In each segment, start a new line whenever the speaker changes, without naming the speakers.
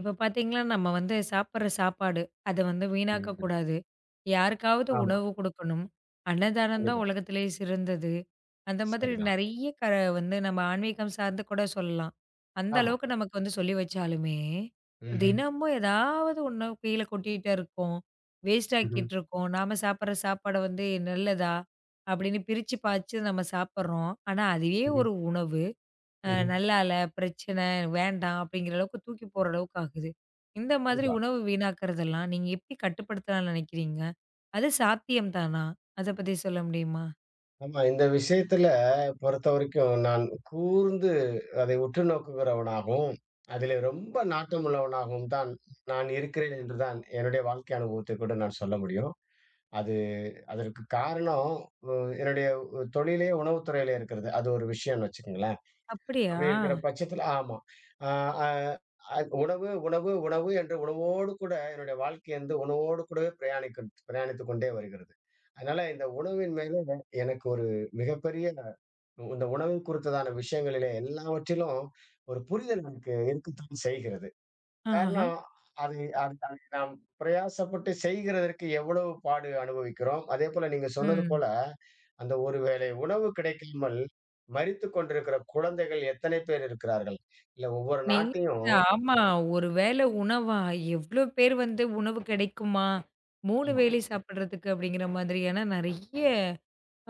இப்ப பார்த்தீங்கன்னா, நம்ம வந்து சாப்பிடுற சாப்பாடு, அத வந்து
ம்.
வீணாக்கக்கூடாது. யாருக்காவது
ஆமா.
உணவு குடுக்கணும். அன்னதானம் தான்
கண்டிப்பா.
உலகத்திலேயே சிறந்தது. அந்த மாதிரி
சரிதான்.
நெறைய க வந்து நம்ம ஆன்மீகம் சார்ந்து கூட சொல்லலாம். அந்த
ஆமா.
அளவுக்கு நமக்கு வந்து சொல்லி வச்சாலுமே,
ம்ஹ்ம்,
தினமும் ஏதாவது ஒண்ண கீழ கொட்டிட்டே இருக்கோம். வேஸ்ட்
ம்ஹ்ம்,
ஆக்கிட்டு இருக்கோம். நாம சாப்பிடுற சாப்பாடு வந்து நல்லதா? அப்படின்னு பிரிச்சு பாச்சு நம்ம சாப்பிடுறோம். ஆனா அதுவே
ம்ஹ்ம்,
ஒரு உணவு. அ
ம்ஹ்ம்.
நல்லா இல்ல, பிரச்சனை, வேண்டாம் அப்படிங்கிற அளவுக்கு தூக்கி போடுற அளவுக்கு ஆகுது. இந்த மாதிரி
கண்டிப்பா.
உணவு வீணாக்குறதெல்லாம் நீங்க எப்படி கட்டுப்படுத்தலாம்னு நினைக்கிறீங்க? அது சாத்தியம் தானா? அத பத்தி சொல்ல முடியுமா?
ஆமா. இந்த விஷயத்துல பொறுத்தவரைக்கும் நான் கூர்ந்து அதை உற்று நோக்குகிறவனாகவும், அதிலே ரொம்ப நாட்டம் உள்ளவனாகவும் தான் நான் இருக்கிறேன் என்றுதான் என்னுடைய வாழ்க்கை அனுபவத்தை கூட நான் சொல்ல முடியும். அது அதற்கு காரணம், உ என்னுடைய தொழிலே உணவுத் துறையிலே இருக்கிறது. அது ஒரு விஷயம்னு வச்சுக்கங்களேன்.
அப்படியா?
அப்படி இருக்கிற பட்சத்துல ஆமா. அ அ அது உணவு, உணவு, உணவு என்று உணவோடு கூட என்னுடைய வாழ்க்கை வந்து உணவோடு கூடவே பிரயாணித்துக் கொண்டே வருகிறது. அதனால இந்த உணவின் மேல எனக்கு ஒரு மிகப்பெரிய இந்த உணவு குறித்ததான விஷயங்களிலே எல்லாவற்றிலும் ஒரு புரிதல் எனக்கு இருக்கத்தான் செய்கிறது.
ஆஹா.
காரணம் அது அது அதை நாம் பிரயாசப்பட்டு செய்கிறதற்கு எவ்வளவு பாடு அனுபவிக்கிறோம். அதேபோல நீங்க சொன்னது
ம்.
போல அந்த ஒரு வேளை உணவு கிடைக்காமல் மரித்துக் கொண்டிருக்கிற குழந்தைகள் எத்தனை பேர் இருக்கிறார்கள்? இல்ல ஒவ்வொரு
நீங்க
நாட்டையும்.
ஆமா. ஒரு வேளை உணவா? எவ்ளோ பேர் வந்து உணவு கிடைக்குமா? 3
ஆமா.
வேளை சாப்பிடுறதுக்கு அப்படிங்கிற மாதிரியான நெறைய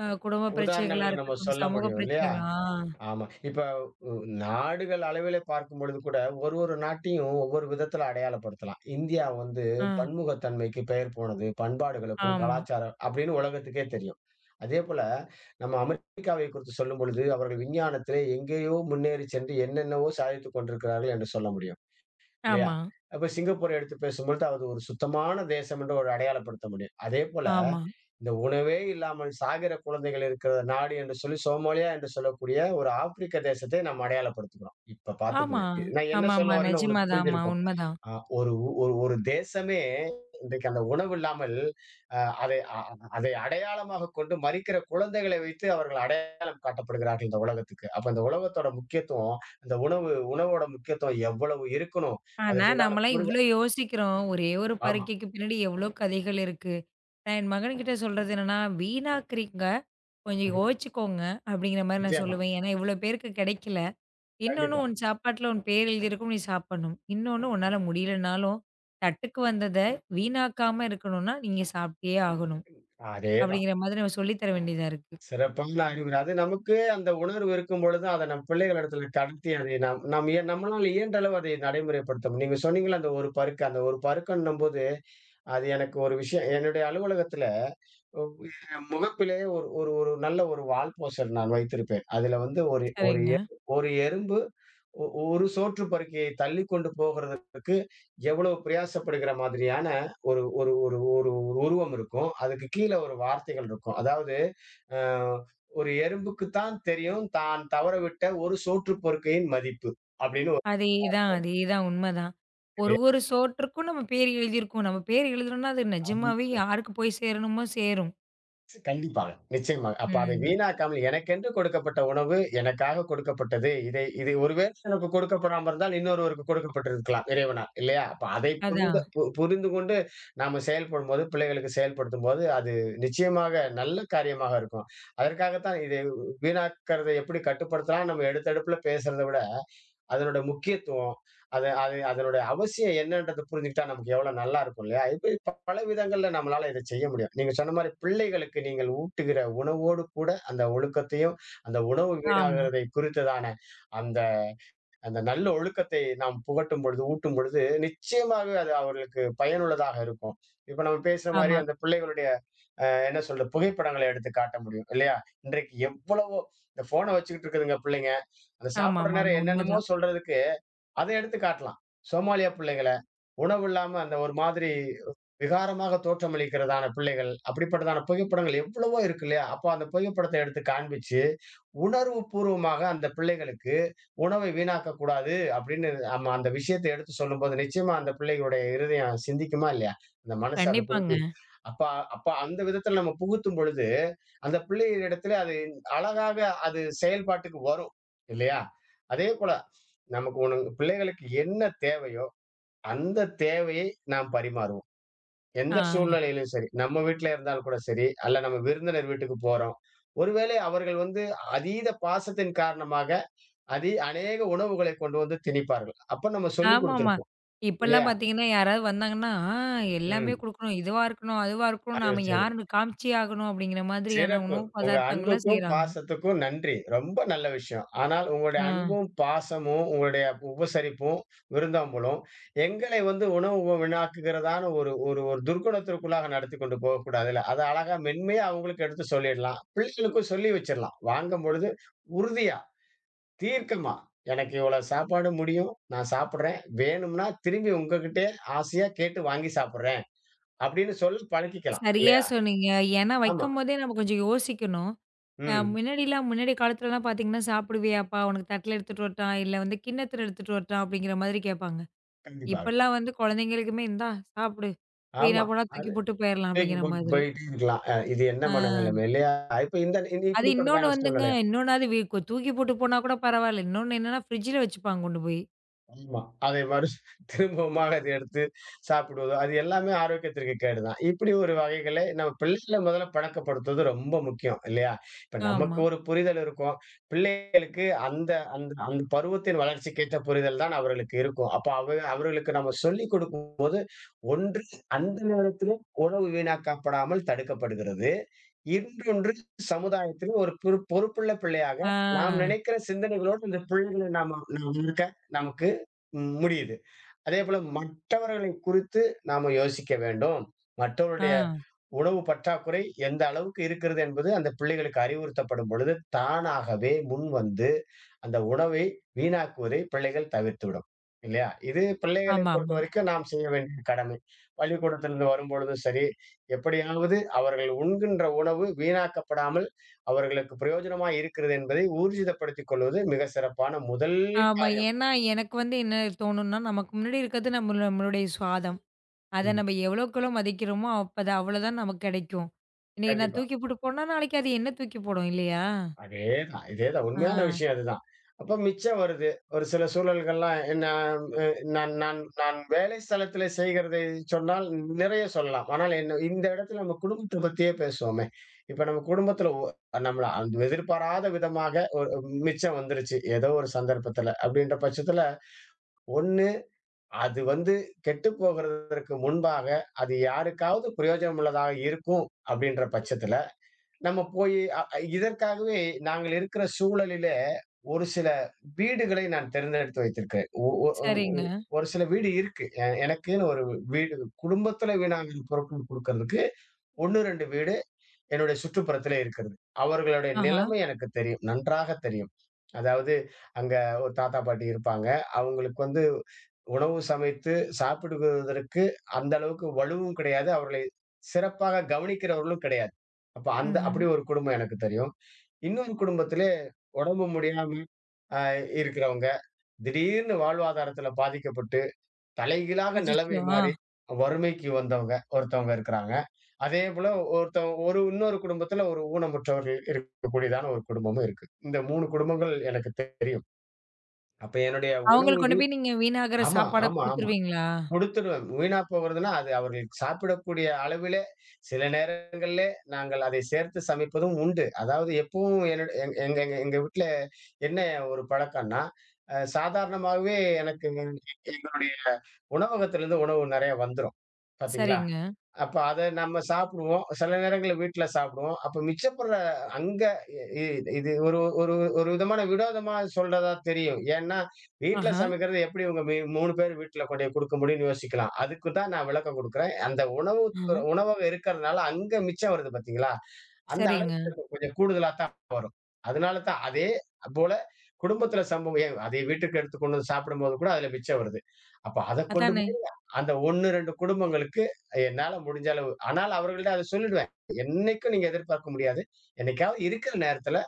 அ குடும்ப பிரச்சனைகளா
உதாரணங்கள நம்ம
இருக்கட்டும்,
சொல்ல
சமூக
முடியும் இல்லையா?
பிரச்சனைகளா ஆ.
ஆமா. இப்ப உ நாடுகள் அளவிலே பார்க்கும்பொழுது கூட ஒரு ஒரு நாட்டையும் ஒவ்வொரு விதத்துல அடையாளப்படுத்தலாம். இந்தியா வந்து
ஆ.
பன்முகத்தன்மைக்கு பெயர் போனது. பண்பாடுகளுக்கும்
ஆமா,
கலாச்சாரம் அப்படின்னு உலகத்துக்கே தெரியும். அதேபோல நம்ம அமெரிக்காவை குறித்து சொல்லும்பொழுது அவர்கள் விஞ்ஞானத்திலே எங்கேயோ முன்னேறிச் சென்று என்னென்னவோ சாதித்துக் கொண்டிருக்கிறார்கள் என்று சொல்ல முடியும். இல்லையா?
ஆமா,
அப்ப சிங்கப்பூர எடுத்து பேசும்பொழுது, அது ஒரு சுத்தமான தேசம் என்று ஒரு அடையாளப்படுத்த முடியும். அதேபோல,
ஆமா.
இந்த உணவே இல்லாமல் சாகிற குழந்தைகள் இருக்கிற நாடு என்று சொல்லி சோமாலியா என்று சொல்லக்கூடிய ஒரு ஆப்பிரிக்க தேசத்தை நாம் அடையாளப்படுத்துகிறோம். இப்ப
ஆமா.
பார்த்துக்கங்க. நான் என்ன
ஆமாமா.
சொல்ல வரேன்னு உங்களுக்கு
நிஜமாதான். ஆமா,
புரிஞ்சிருக்கும்.
உண்மதான்.
அ ஒரு ஊ- ஒரு ஒரு தேசமே இன்றைக்கு அந்த உணவு இல்லாமல் அ அதை அடையாளமாக கொண்டு மறிக்கிற குழந்தைகளை வைத்து அவர்கள் அடையாளம் காட்டப்படுகிறார்கள் இந்த உலகத்துக்கு. அப்ப இந்த உலகத்தோட முக்கியத்துவம், இந்த உணவு உணவோட முக்கியத்துவம் எவ்வளவு இருக்கணும்?
ஆனா,
அதுக்கு உண்டான
நாமலாம் இவ்ளோ யோசிக்கிறோம். ஒரே ஒரு
ஆமா.
பருக்கைக்கு பின்னாடி எவ்ளோ கதைகள் இருக்கு. நான் என் மகன்கிட்ட சொல்றது என்னன்னா, வீணாக்குறீங்க. கொஞ்சம்
ம்ஹ்ம்.
யோசிச்சுக்கோங்க அப்படிங்கிற மாரி நான்
நிச்சயமா.
சொல்லுவேன். ஏன்னா இவ்ளோ பேருக்கு கிடைக்கல. இன்னொன்னு
கண்டிப்பா.
உன் சாப்பாட்டுல உன் பேர் எழுதியிருக்கும். நீ சாப்பிடணும். இன்னொன்னு உன்னால முடியலனாலும், தட்டுக்கு வந்தத வீணாக்காம இருக்கணும்னா, நீங்க சாப்பிட்டே ஆகணும்.
அதேதான்.
அப்படிங்கிற மாதிரி நம்ம சொல்லி தர வேண்டியதா இருக்கு.
சிறப்பான அறிவுரை. அது நமக்கு அந்த உணர்வு இருக்கும் பொழுது அத நம் பிள்ளைகளிடத்துல கடத்தி அதை நாம் நாம் ஏ- நம்மளால இயன்ற அளவு அதை நடைமுறைப்படுத்த முடியும். நீங்க சொன்னீங்கள்ல அந்த ஒரு பருக்க, அந்த ஒரு பருக்கன்னும்போது அது எனக்கு ஒரு விஷயம் என்னுடைய அலுவலகத்துல என் முகப்பிலே ஒரு ஒரு ஒரு நல்ல ஒரு வால்போஸ்டர் நான் வைத்திருப்பேன். அதுல வந்து ஒரு ஒரு
சரிங்க.
எ ஒரு எறும்பு ஒ ஒரு சோற்று பருக்கையை தள்ளிக்கொண்டு போகிறதற்கு எவ்வளவு பிரயாசப்படுகிற மாதிரியான ஒரு ஒரு ஒரு ஒரு ஒரு உருவம் இருக்கும். அதுக்கு கீழ ஒரு வார்த்தைகள் இருக்கும். அதாவது அ ஒரு எறும்புக்கு தான் தெரியும் தான் தவறவிட்ட ஒரு சோற்று பொறுக்கையின் மதிப்பு அப்படின்னு
அதேதான், அதேதான். உண்மதான். ஒரு ஒரு சோற்றுக்கும் நம்ம பேர் எழுதியிருக்கோம். நம்ம பேர் எழுதுறோம்னா, அது நிஜமாவே யாருக்கு போய் சேரணுமோ சேரும்.
கண்டிப்பாக. நிச்சயமாக. அப்ப அதை
ம்.
வீணாக்காமல் எனக்கென்று கொடுக்கப்பட்ட உணவு, எனக்காக கொடுக்கப்பட்டது. இதை இது ஒருவேளை எனக்கு கொடுக்கப்படாம இருந்தால் இன்னொருவருக்கு கொடுக்கப்பட்டிருக்கலாம் இறைவனால். இல்லையா? அப்ப அதை
அதான்.
புரிந்து கொண்டு நாம செயல்படும்போது, பிள்ளைகளுக்கு செயல்படுத்தும்போது, அது நிச்சயமாக நல்ல காரியமாக இருக்கும். அதற்காகத்தான் இதை வீணாக்கிறதை எப்படி கட்டுப்படுத்தலாம்? நம்ம எடுத்தடுப்புல பேசுறத விட அதனோட முக்கியத்துவம், அது அது அதனோட அவசியம் என்னன்றத புரிஞ்சுக்கிட்டா நமக்கு எவ்வளவு நல்லா இருக்கும் இல்லையா? இப்படி பல விதங்கள்ல நம்மளால இத செய்ய முடியும். நீங்க சொன்ன மாரி பிள்ளைகளுக்கு நீங்கள் ஊட்டுகிற உணவோடு கூட அந்த ஒழுக்கத்தையும், அந்த உணவு
ஆமா,
வீணாகிறதை குறித்ததான அந்த அந்த நல்ல ஒழுக்கத்தை நாம் புகட்டும் பொழுது, ஊட்டும் பொழுது நிச்சயமாகவே அது அவர்களுக்கு பயனுள்ளதாக இருக்கும். இப்ப நம்ம பேசுற மாரி
ஆமா,
அந்த பிள்ளைகளுடைய என்ன சொல்றது, புகைப்படங்களை எடுத்து காட்ட முடியும் இல்லையா? இன்றைக்கு எவ்வளவோ இந்த ஃபோன வச்சுக்கிட்டு இருக்குதுங்க பிள்ளைங்க. அந்த சாப்பிடுற
ஆமாமாமா.
நேரம் என்னென்னமோ
உண்மதான்.
சொல்றதுக்கு அதை எடுத்து காட்டலாம். சோமாலியா பிள்ளைகள, உணவு இல்லாம அந்த ஒரு மாதிரி விகாரமாக தோற்றமளிக்கிறதான பிள்ளைகள், அப்படிப்பட்டதான புகைப்படங்கள் எவ்வளவோ இருக்கு இல்லையா? அப்ப அந்த புகைப்படத்த எடுத்து காண்பிச்சு உணர்வு பூர்வமாக அந்த பிள்ளைகளுக்கு உணவை வீணாக்கக் கூடாது அப்படின்னு நம்ம அந்த விஷயத்த எடுத்து சொல்லும்போது, நிச்சயமா அந்த பிள்ளைகளுடைய இருதயம் சிந்திக்குமா இல்லையா? அந்த மனசு அத
கண்டிப்பாங்க.
குறித்து அப்ப அப்ப அந்த விதத்துல நம்ம புகுத்தும் பொழுது, அந்த பிள்ளைகளிடத்திலே அது அழகாக செயல்பாட்டுக்கு வரும். இல்லையா? அதேபோல நமக்கு ஒண்ணு பிள்ளைகளுக்கு என்ன தேவையோ, அந்த தேவையை நாம் பரிமாறுவோம்.
ஆ.
எந்த சூழ்நிலையிலும் சரி, நம்ம வீட்ல இருந்தாலும் கூட சரி, அல்ல நம்ம விருந்தினர் வீட்டுக்கு போறோம். ஒருவேளை அவர்கள் வந்து அதீத பாசத்தின் காரணமாக, அதி அநேக உணவுகளை கொண்டு வந்து திணிப்பார்கள். அப்ப நம்ம சொல்லிக்
ஆமாமா.
குடுத்திருப்போம்.
இப்பலாம்
இல்லையா?
பார்த்தீங்கன்னா, யாராவது வந்தாங்கன்னா, ஆ எல்லாமே
ம்.
குடுக்கணும். இதுவா இருக்கணும், அதுவா இருக்கணும். நாம
அது
யாருன்னு காமிச்சே ஆகணும் அப்படிங்கிற மாதிரியான
சிறப்பு.
உணவு
உங்க
பதார்த்தங்கள்லாம்
அன்புக்கும்,
செய்றாங்க.
பாசத்துக்கும் நன்றி. ரொம்ப நல்ல விஷயம். ஆனால் உங்களுடைய
ஆ.
அன்பும், பாசமும், உங்களுடைய உபசரிப்பும், விருந்தோம்பலும் எங்களை வந்து உணவு வீணாக்குகிறதான ஒரு ஒரு ஒரு துர்குணத்திற்குள்ளாக நடத்திக் கொண்டு போகக்கூடாதுல்ல. அத அழகா மென்மையா அவங்களுக்கு எடுத்து சொல்லிடலாம். பிள்ளைகளுக்கும் சொல்லி வச்சிடலாம். வாங்கும்பொழுது உறுதியா, தீர்க்கமா, எனக்கு இவ்வளோ சாப்பாடு முடியும். நான் சாப்பிடுறேன். வேணும்னா திரும்பி உங்ககிட்டயே ஆசையா கேட்டு வாங்கி சாப்பிடுறேன். அப்படின்னு சொல்லி பழக்கிக்கலாம்.
சரியா
இல்லையா?
சொன்னீங்க. ஏன்னா
ஆமா.
வைக்கும்போதே நம்ம கொஞ்சம் யோசிக்கணும். அ
ம்.
முன்னாடிலாம் முன்னாடி காலத்துலலாம் பார்த்தீங்கன்னா, "சாப்பிடுவியாப்பா? உனக்கு தட்டில எடுத்துட்டு வரட்டா? இல்ல வந்து கிண்ணத்துல எடுத்துட்டு வரட்டா?" அப்படிங்கிற மாதிரி கேட்பாங்க.
கண்டிப்பாக.
இப்பலாம் வந்து குழந்தைங்களுக்குமே, "இந்தா சாப்பிடு.
ஆமா.
வீணா போனா தூக்கி
அது
போட்டு போயிரலாம்."
வீக்கு
அப்படிங்கிற
போட்டு
மாதிரி.
போயிட்டே இருக்கலாம். இது என்ன
ஆ.
மனநிலைமை இல்லையா? இப்ப இந்த இந்த
அது இன்னொன்னு
இப்படிப்பட்டதான
வந்துங்க,
சூழ்நிலையா?
இன்னொன்னு அது வி கொ தூக்கி போட்டு போனா கூட பரவால்ல. இன்னொன்னு என்னன்னா, ஃப்ரிட்ஜில வச்சுப்பாங்க கொண்டு போய்.
ஆமா. அதை திரும்பவுமாக அதை எடுத்து சாப்பிடுவதோ, அது எல்லாமே ஆரோக்கியத்திற்கு கேடுதான். இப்படி ஒரு வகைகள நம்ம பிள்ளைகள முதல்ல பழக்கப்படுத்துவது ரொம்ப முக்கியம் இல்லையா? இப்ப நமக்கு
ஆமா.
ஒரு புரிதல் இருக்கும். பிள்ளைகளுக்கு அந்த அந்த அந்த பருவத்தின் வளர்ச்சிக்கேற்ற புரிதல் தான் அவர்களுக்கு இருக்கும். அப்ப அவர்களுக்கு நம்ம சொல்லிக் கொடுக்கும்போது ஒன்று அந்த நேரத்திலும் உணவு வீணாக்கப்படாமல் தடுக்கப்படுகிறது. இன்னொன்று சமுதாயத்திலே ஒரு பொறுப்புள்ள பிள்ளையாக
ஆ,
நாம் நினைக்கிற சிந்தனைகளோடு இந்த பிள்ளைகளை நாம நாம இருக்க நமக்கு முடியுது. அதேபோல மற்றவர்களை குறித்து நாம யோசிக்க வேண்டும். மற்றவருடைய
ஆ.
உணவு பற்றாக்குறை எந்த அளவுக்கு இருக்கிறது என்பது அந்த பிள்ளைகளுக்கு அறிவுறுத்தப்படும் பொழுது, தானாகவே முன்வந்து அந்த உணவை வீணாக்குவதை பிள்ளைகள் தவிர்த்துவிடும். இல்லையா? இது பிள்ளைகளை
ஆமாமா. ஆமா.
பொறுத்தவரைக்கும் நாம் செய்ய வேண்டிய கடமை. பள்ளிக்கூடத்திலிருந்து வரும்பொழுதும் சரி, எப்படியாவது அவர்கள் உண்கின்ற உணவு வீணாக்கப்படாமல் அவர்களுக்கு பிரயோஜனமா இருக்கிறது என்பதை ஊர்ஜிதப்படுத்திக் கொள்வது மிக சிறப்பான முதல்
ஆமா
காரியம்.
ஏன்னா, எனக்கு வந்து என்ன தோணும்னா, நமக்கு முன்னாடி இருக்கிறது நம்மளுடைய சுவாதம். அத
ம்.
நம்ம எவ்வளோக்கெவ்வளோ மதிக்கிறோமோ, அப்ப அது அவ்வளோதான் நமக்கு கிடைக்கும். இன்னைக்கு நான்
கண்டிப்பா.
தூக்கி போட்டு போனா, நாளைக்கு அது என்ன தூக்கி போடும் இல்லையா?
அதேதான், இதேதான்.
ஆ,
உண்மையான விஷயம் அதுதான். அப்ப மிச்சம் வருது. ஒரு சில சூழல்கள்லாம் என்ன அ நான் நான் நான் வேலை ஸ்தலத்தில செய்கிறதை சொன்னால் நிறைய சொல்லலாம். ஆனால் என்ன இந்த இடத்துல நம்ம குடும்பத்த பத்தியே பேசுவோமே! இப்ப நம்ம குடும்பத்துல நம்மள அந்த எதிர்பாராத விதமாக ஒரு மிச்சம் வந்துருச்சு. ஏதோ ஒரு சந்தர்ப்பத்துல. அப்படின்ற பட்சத்துல, 1 அது வந்து கெட்டுப் போகிறதற்கு முன்பாக, அது யாருக்காவது பிரயோஜனம் உள்ளதாக இருக்கும் அப்படின்ற பட்சத்துல நம்ம போயி அ அ இதற்காகவே நாங்கள் இருக்கிற சூழலிலே, ஒரு சில வீடுகளை நான் தேர்ந்தெடுத்து வைத்திருக்கிறேன். ஒ ஒ
சரிங்க.
ஒரு சில வீடு இருக்கு. எனக்குன்னு ஒரு வீடு குடும்பத்தில வீணாகிற பொருட்கள் குடுக்கறதுக்கு 1, 2 வீடு என்னுடைய சுற்றுப்புறத்திலே இருக்கிறது. அவர்களுடைய
ஆஹா.
நிலைமை எனக்கு தெரியும். நன்றாக தெரியும். அதாவது அங்க ஒரு தாத்தா, பாட்டி இருப்பாங்க. அவங்களுக்கு வந்து உணவு சமைத்து சாப்பிடுவதற்கு அந்த அளவுக்கு வலுவும் கிடையாது. அவர்களை சிறப்பாக கவனிக்கிறவர்களும் கிடையாது. அப்ப அந்த
ம்ஹ்ம்.
அப்படி ஒரு குடும்பம் எனக்கு தெரியும். இன்னொரு குடும்பத்திலே உடம்பு முடியாம அ இருக்கிறவங்க, திடீர்னு வாழ்வாதாரத்தில பாதிக்கப்பட்டு, தலைகீழாக
அச்சச்சோ!
நிலைமை
ஆ.
மாறி வறுமைக்கு வந்தவங்க ஒருத்தவங்க இருக்கிறாங்க. அதேபோல ஒருத்தவங்க ஒரு இன்னொரு குடும்பத்தில ஒரு ஊனமுற்றவர்கள் இருக்கக்கூடியதான ஒரு குடும்பமும் இருக்கு. இந்த 3 குடும்பங்கள் எனக்கு தெரியும். அப்ப என்னுடைய உணவு
அவங்களுக்கு கொண்டு போய் நீங்க வீணாகுற
ஆமா,
சாப்பாட
ஆமா, ஆமா.
குடுத்துருவீங்களா?
குடுத்துருவேன். வீணா போகிறதுன்னா, அது அவர்கள் சாப்பிடக்கூடிய அளவிலே, சில நேரங்கள்லே நாங்கள் அதை சேர்த்து சமைப்பதும் உண்டு. அதாவது எப்பவும் என்னோட எங் எங்க எங்க எங்க வீட்ல என்ன ஒரு பழக்கம்ன்னா, சாதாரணமாவே எனக்கு எங்களுடைய உணவகத்திலிருந்து உணவு நெறைய வந்துரும். பாத்தீங்களா?
சரிங்க.
அப்ப அத நம்ம சாப்பிடுவோம். சில நேரங்கள்ல வீட்ல சாப்பிடுவோம். அப்ப மிச்சப்படுற அங்க இ இது ஒரு ஒரு ஒரு விதமான வினோதமா சொல்றதா தெரியும். ஏன்னா, வீட்ல
ஆஹா.
சமைக்கிறது எப்படி இவங்க 3 பேர் வீட்ல கொண்டோய் குடுக்க முடியும்னு யோசிக்கலாம். அதுக்கு தான் நான் விளக்கம் குடுக்கிறேன். அந்த உணவு
ஆஹா.
உணவகம் இருக்கிறதுனால அங்க மிச்சம் வருது பார்த்தீங்களா? அந்த
சரிங்க.
அளவுக்கு நமக்கு கொஞ்சம் கூடுதலா தான் வரும். அதனால தான் அதே போல குடும்பத்தில சம்பவம் ஏன் அதே வீட்டுக்கு எடுத்து கொண்டு வந்து சாப்பிடும்போது கூட அதில மிச்சம் வருது. அப்ப அத கொண்டு
அதானே.
போய் அந்த 1, 2 குடும்பங்களுக்கு என்னால முடிஞ்ச அளவு ஆனால் அவர்கள்ட்ட அத சொல்லிடுவேன். என்னைக்கும் நீங்க எதிர்பார்க்க முடியாது. என்னைக்காவது இருக்கிற நேரத்தில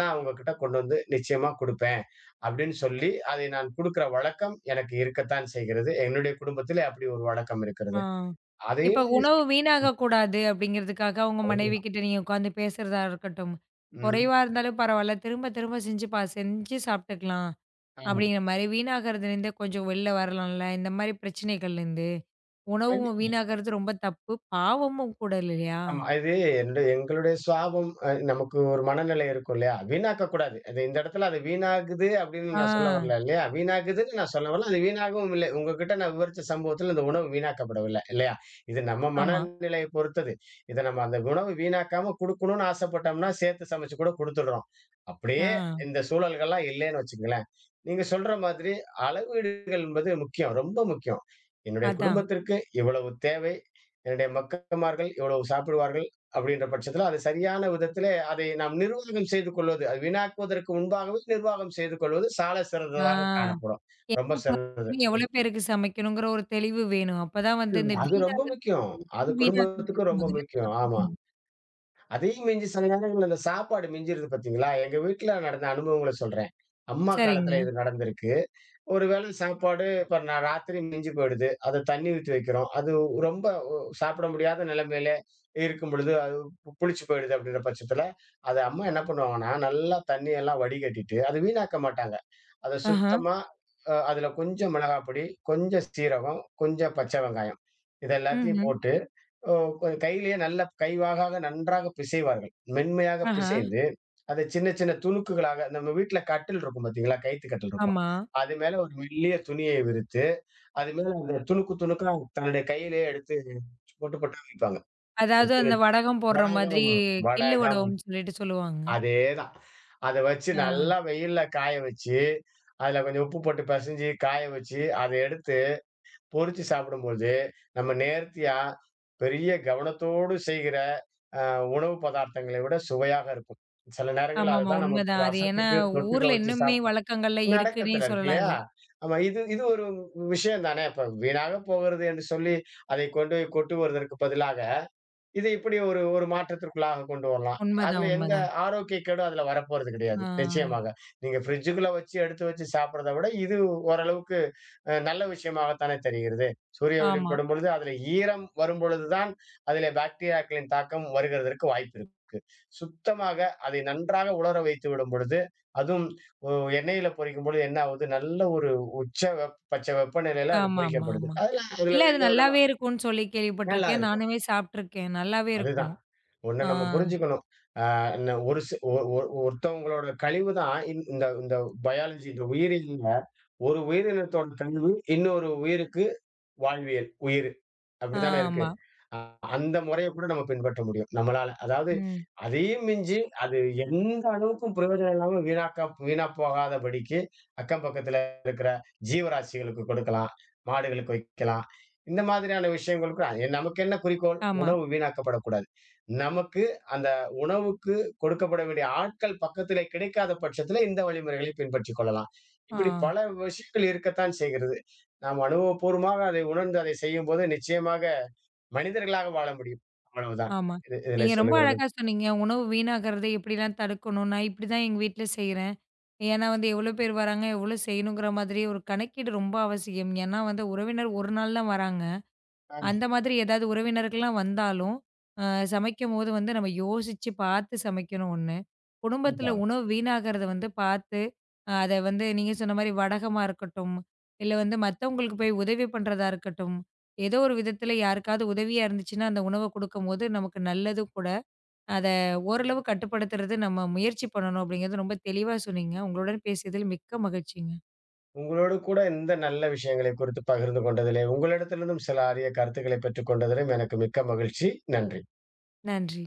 நான் உங்ககிட்ட கொண்டு வந்து நிச்சயமா குடுப்பேன். அப்படின்னு சொல்லி அதை நான் குடுக்கிற வழக்கம் எனக்கு இருக்கத்தான் செய்கிறது. என்னுடைய குடும்பத்திலே அப்படி ஒரு வழக்கம்
ஆ.
இருக்கிறது.
இப்ப
அதையும்.
உணவு வீணாகக்கூடாது அப்படிங்கிறதுக்காக, உங்க மனைவி கிட்ட நீங்க உட்காந்து பேசுறதா இருக்கட்டும்,
ம்.
குறைவா இருந்தாலும் பரவால்ல, திரும்ப திரும்ப செஞ்சு பா செஞ்சு சாப்ட்டுக்கலாம்.
ஆமா.
அப்படிங்கிற மாரி வீணாகிறதுலேருந்தே கொஞ்சம் வெளில வரலாம்ல. இந்த மாரி பிரச்சனைகள்லேருந்து. உணவும்
கண்டிப்பா.
வீணாகிறது ரொம்ப தப்பு. பாவமும் கூட இல்லையா?
ஆமா. இது எங்களுடைய சுவாபம். நமக்கு ஒரு மனநிலை இருக்கும் இல்லையா? வீணாக்கக் கூடாது. அது இந்த இடத்துல அது வீணாகுது அப்படின்னு
ஆ.
நான் சொல்ல வரல இல்லையா? வீணாகுதுன்னு நான் சொல்ல வரல. அது வீணாகவும் இல்லை. உங்ககிட்ட நான் விவரிச்ச சம்பவத்துல இந்த உணவு வீணாக்கப்படவில்லை இல்லையா? இது நம்ம
ஆமா.
மனநிலையை பொறுத்தது. இத நம்ம அந்த உணவு வீணாக்காம குடுக்கணும்னு ஆசைப்பட்டோம்னா, சேர்த்து சமைச்சு கூட குடுத்துடுறோம்.
ஆ.
அப்படியே இந்த சூழல்கள்லாம் இல்லைன்னு வச்சுக்கங்களேன், நீங்க சொல்ற மாதிரி அளவீடுகள் என்பது முக்கியம். ரொம்ப முக்கியம். என்னுடைய
அதான்.
குடும்பத்திற்கு இவ்வளவு தேவை. என்னுடைய மக்கமார்கள் இவ்வளவு சாப்பிடுவார்கள் அப்படின்ற பட்சத்துல அது சரியான விதத்திலே அதை நாம் நிர்வாகம் செய்து கொள்வது அது வீணாக்குவதற்கு முன்பாகவே நிர்வாகம் செய்து கொள்வது சால சிறந்ததாக
ஆ.
காணப்படும். ரொம்ப
என்ன
சிறந்தது.
சமைக்கணும், எவ்வளோ பேருக்கு சமைக்கணுங்கிற ஒரு தெளிவு வேணும். அப்பதான் வந்து இந்த
அது ரொம்ப
வீணாகிறது
முக்கியம். அது
உணவு
குடும்பத்துக்கு
வீணாகிறதுலேருந்து
ரொம்ப
முதல்ல
முக்கியம். ஆமா.
தப்பிக்கணும்.
அதையும் மிஞ்சி சில நேரங்கள்ல இந்த சாப்பாடு மிஞ்சிருது பாத்தீங்களா, எங்க வீட்டுல நடந்த அனுபவங்களை சொல்றேன். அம்மா காலத்துல
சரிங்க.
இது நடந்திருக்கு. ஒரு வேளை சாப்பாடு இப்ப ராத்திரி மிஞ்சி போயிடுது. அத தண்ணி ஊத்தி வைக்கிறோம். அது ரொம்ப சாப்பிட முடியாத நிலைமையில இருக்கும் பொழுது, அது புளிச்சு போயிடுது அப்படின்ற பட்சத்தில, அத அம்மா என்ன பண்ணுவாங்கன்னா, நல்லா தண்ணியெல்லாம் வடிகட்டிட்டு, அது வீணாக்க மாட்டாங்க. அத
ஆஹா.
சுத்தமா அதில கொஞ்சம் மிளகாப்பொடி, கொஞ்சம் சீரகம், கொஞ்சம் பச்சை வெங்காயம். இத எல்லாத்தையும்
ம்ஹ்ம்.
போட்டு ஓ! கையிலேயே நல்ல கைவாகாக நன்றாக பிசைவார்கள். மென்மையாக
ஆஹா.
பிசைந்து, அதை சின்ன சின்ன துணுக்குகளாக நம்ம வீட்ல கட்டில் இருக்கும் பார்த்தீங்களா? கயித்து கட்டில் இருக்கும்.
ஆமா.
அது மேல ஒரு மெல்லிய துணியை விரித்து, அது மேல அந்த துணுக்கு துணுக்கா தன்னுடைய கையிலேயே எடுத்து பொட்டு பொட்டா வைப்பாங்க. ஒரு
அதாவது
சின்ன
அந்த வடகம் போடுற மாதிரி
வடகம்,
கில்லு
வடகம்,
வடகம்னு சொல்லிட்டு சொல்லுவாங்க.
அதேதான். அத வச்சு
ஆ.
நல்லா வெயில்ல காய வச்சு, அதுல கொஞ்சம் உப்பு போட்டு பெசஞ்சு காய வச்சு, அத எடுத்து பொரிச்சு சாப்பிடும்போது, நம்ம நேர்த்தியா, பெரிய கவனத்தோடு செய்கிற அ உணவு பதார்த்தங்களை விட சுவையாக இருக்கும். சில நேரங்கள்ல
ஆமாமா.
அதுதான் நம்ம
உண்மதான். அது ஏன்னா
ரசத்துக்கு தொட்டுக்க
ஊர்ல
வச்சு
இன்னுமே
சாப்பிட்டோம்.
வழக்கங்கள்ல இருக்குன்னே
நடக்கத்துல இருக்கு
சொல்லலாம்
இல்லையா?
அது.
ஆமா. இது இது ஒரு விஷயம் தானே. இப்ப வீணாக போகிறது என்று சொல்லி, அதை கொண்டு போய் கொட்டுவதற்கு பதிலாக, இதை இப்படி ஒரு ஒரு மாற்றத்திற்குள்ளாக கொண்டு வரலாம். அதுல
உண்மதான்,
எந்த
உண்மதான்.
ஆரோக்கிய கேடும் அதுல வரப்போறது கிடையாது.
ஆ.
நிச்சயமாக. நீங்க ஃப்ரிட்ஜுக்குள்ள வச்சு எடுத்து வச்சு சாப்பிடுறத விட, இது ஓரளவுக்கு நல்ல விஷயமாகத்தானே தெரிகிறது. சூரிய ஒளி
ஆமா.
படும் பொழுது அதில ஈரம் வரும்பொழுது தான், அதிலே பாக்டீரியாக்களின் தாக்கம் வருகிறதற்கு வாய்ப்பு இருக்கு. சுத்தமாக அதை நன்றாக உலர வைத்து விடும் பொழுது, அதுவும் ஒ எண்ணெயில பொரிக்கும் பொழுது என்ன ஆவுது, நல்ல ஒரு உச்ச பட்ச வெப்பநிலையில அது பொரிக்கப்படுது.
ஆமாமாமா.
அதுல
இல்ல
அதுல
அது
எந்த விதமா
நல்லாவே இருக்கும்னு சொல்லி
நல்லா
கேள்விப்பட்டுருக்கேன்.
இருக்கும்.
நானுமே சாப்ட்டுருக்கேன். நல்லாவே
அதுதான்.
இருக்கும்.
ஒண்ண
ஆ.
நம்ம புரிஞ்சுக்கணும். அ ந ஒரு சி ஒ ஒ ஒருத்தவங்களோட கழிவு தான் இந்த இந்த பயாலஜி இந்த உயிரியல்ல, ஒரு உயிரினத்தோட கழிவு இன்னொரு உயிருக்கு வாழ்வியல், உயிர்.
ஆ,
அப்படித்தானே இருக்கு.
ஆமா.
அ அந்த முறைய கூட நம்ம பின்பற்ற முடியும். நம்மளால. அதாவது
ம்.
அதையும் மிஞ்சி அது எந்த அளவுக்கும் பிரயோஜனம் இல்லாம வீணா போகாதபடிக்கு அக்கம் பக்கத்துல இருக்கிற ஜீவராசிகளுக்கு கொடுக்கலாம். மாடுகளுக்கு வைக்கலாம். இந்த மாதிரியான விஷயங்களுக்கு நமக்கு என்ன குறிக்கோள்?
ஆமா.
உணவு வீணாக்கப்படக்கூடாது. நமக்கு அந்த உணவுக்கு கொடுக்கப்பட வேண்டிய ஆட்கள் பக்கத்திலே கிடைக்காத பட்சத்தில இந்த வழிமுறைகளை பின்பற்றிக் கொள்ளலாம்.
ஆ.
இப்படி பல விஷயங்கள் இருக்கத்தான் செய்கிறது. நாம் அனுபவபூர்வமாக அதை உணர்ந்து அதை செய்யும்போது நிச்சயமாக மனிதர்களாக வாழ முடியும். அவ்வளவுதான்.
ஆமா.
இது இதிலே
நீங்க ரொம்ப
சொல்லுகிறது.
அழகா சொன்னீங்க. உணவு வீணாகறத எப்படிலாம் தடுக்கணும்? நான் இப்படிதான் எங்க வீட்ல செய்றேன். ஏன்னா வந்து எவ்வளோ பேர் வராங்க? எவ்வளோ செய்யணுங்கிற மாதிரி ஒரு கணக்கீடு ரொம்ப அவசியம். ஏன்னா வந்து உறவினர் ஒரு நாள் தான் வராங்க.
ஆமா.
அந்த மாதிரி ஏதாவது உறவினர்கள்லாம் வந்தாலும், அ சமைக்கும்போது வந்து நம்ம யோசிச்சு பார்த்து சமைக்கணும் ஒண்ணு. குடும்பத்தில
கண்டிப்பாக.
உணவு வீணாகறத வந்து பார்த்து, அ அத வந்து நீங்க சொன்ன மாரி வடகமா இருக்கட்டும், இல்ல வந்து மத்தவங்களுக்கு போய் உதவி பண்றதா இருக்கட்டும், ஏதோ ஒரு விதத்தில யாருக்காவது உதவியா இருந்துச்சுன்னா, அந்த உணவ குடுக்கும்போது நமக்கு நல்லதும் கூட. அத ஓரளவு கட்டுப்படுத்துறது நம்ம முயற்சி பண்ணணும் அப்படிங்கிறது ரொம்ப தெளிவா சொன்னீங்க. உங்களுடன் பேசியதில் மிக்க மகிழ்ச்சிங்க.
உங்களோடு கூட இந்த நல்ல விஷயங்களை குறித்து பகிர்ந்து கொண்டதிலே, உங்களிடத்திலிருந்தும் சில அரிய கருத்துக்களை பெற்றுக் கொண்டதிலும் எனக்கு மிக்க மகிழ்ச்சி. நன்றி.
நன்றி.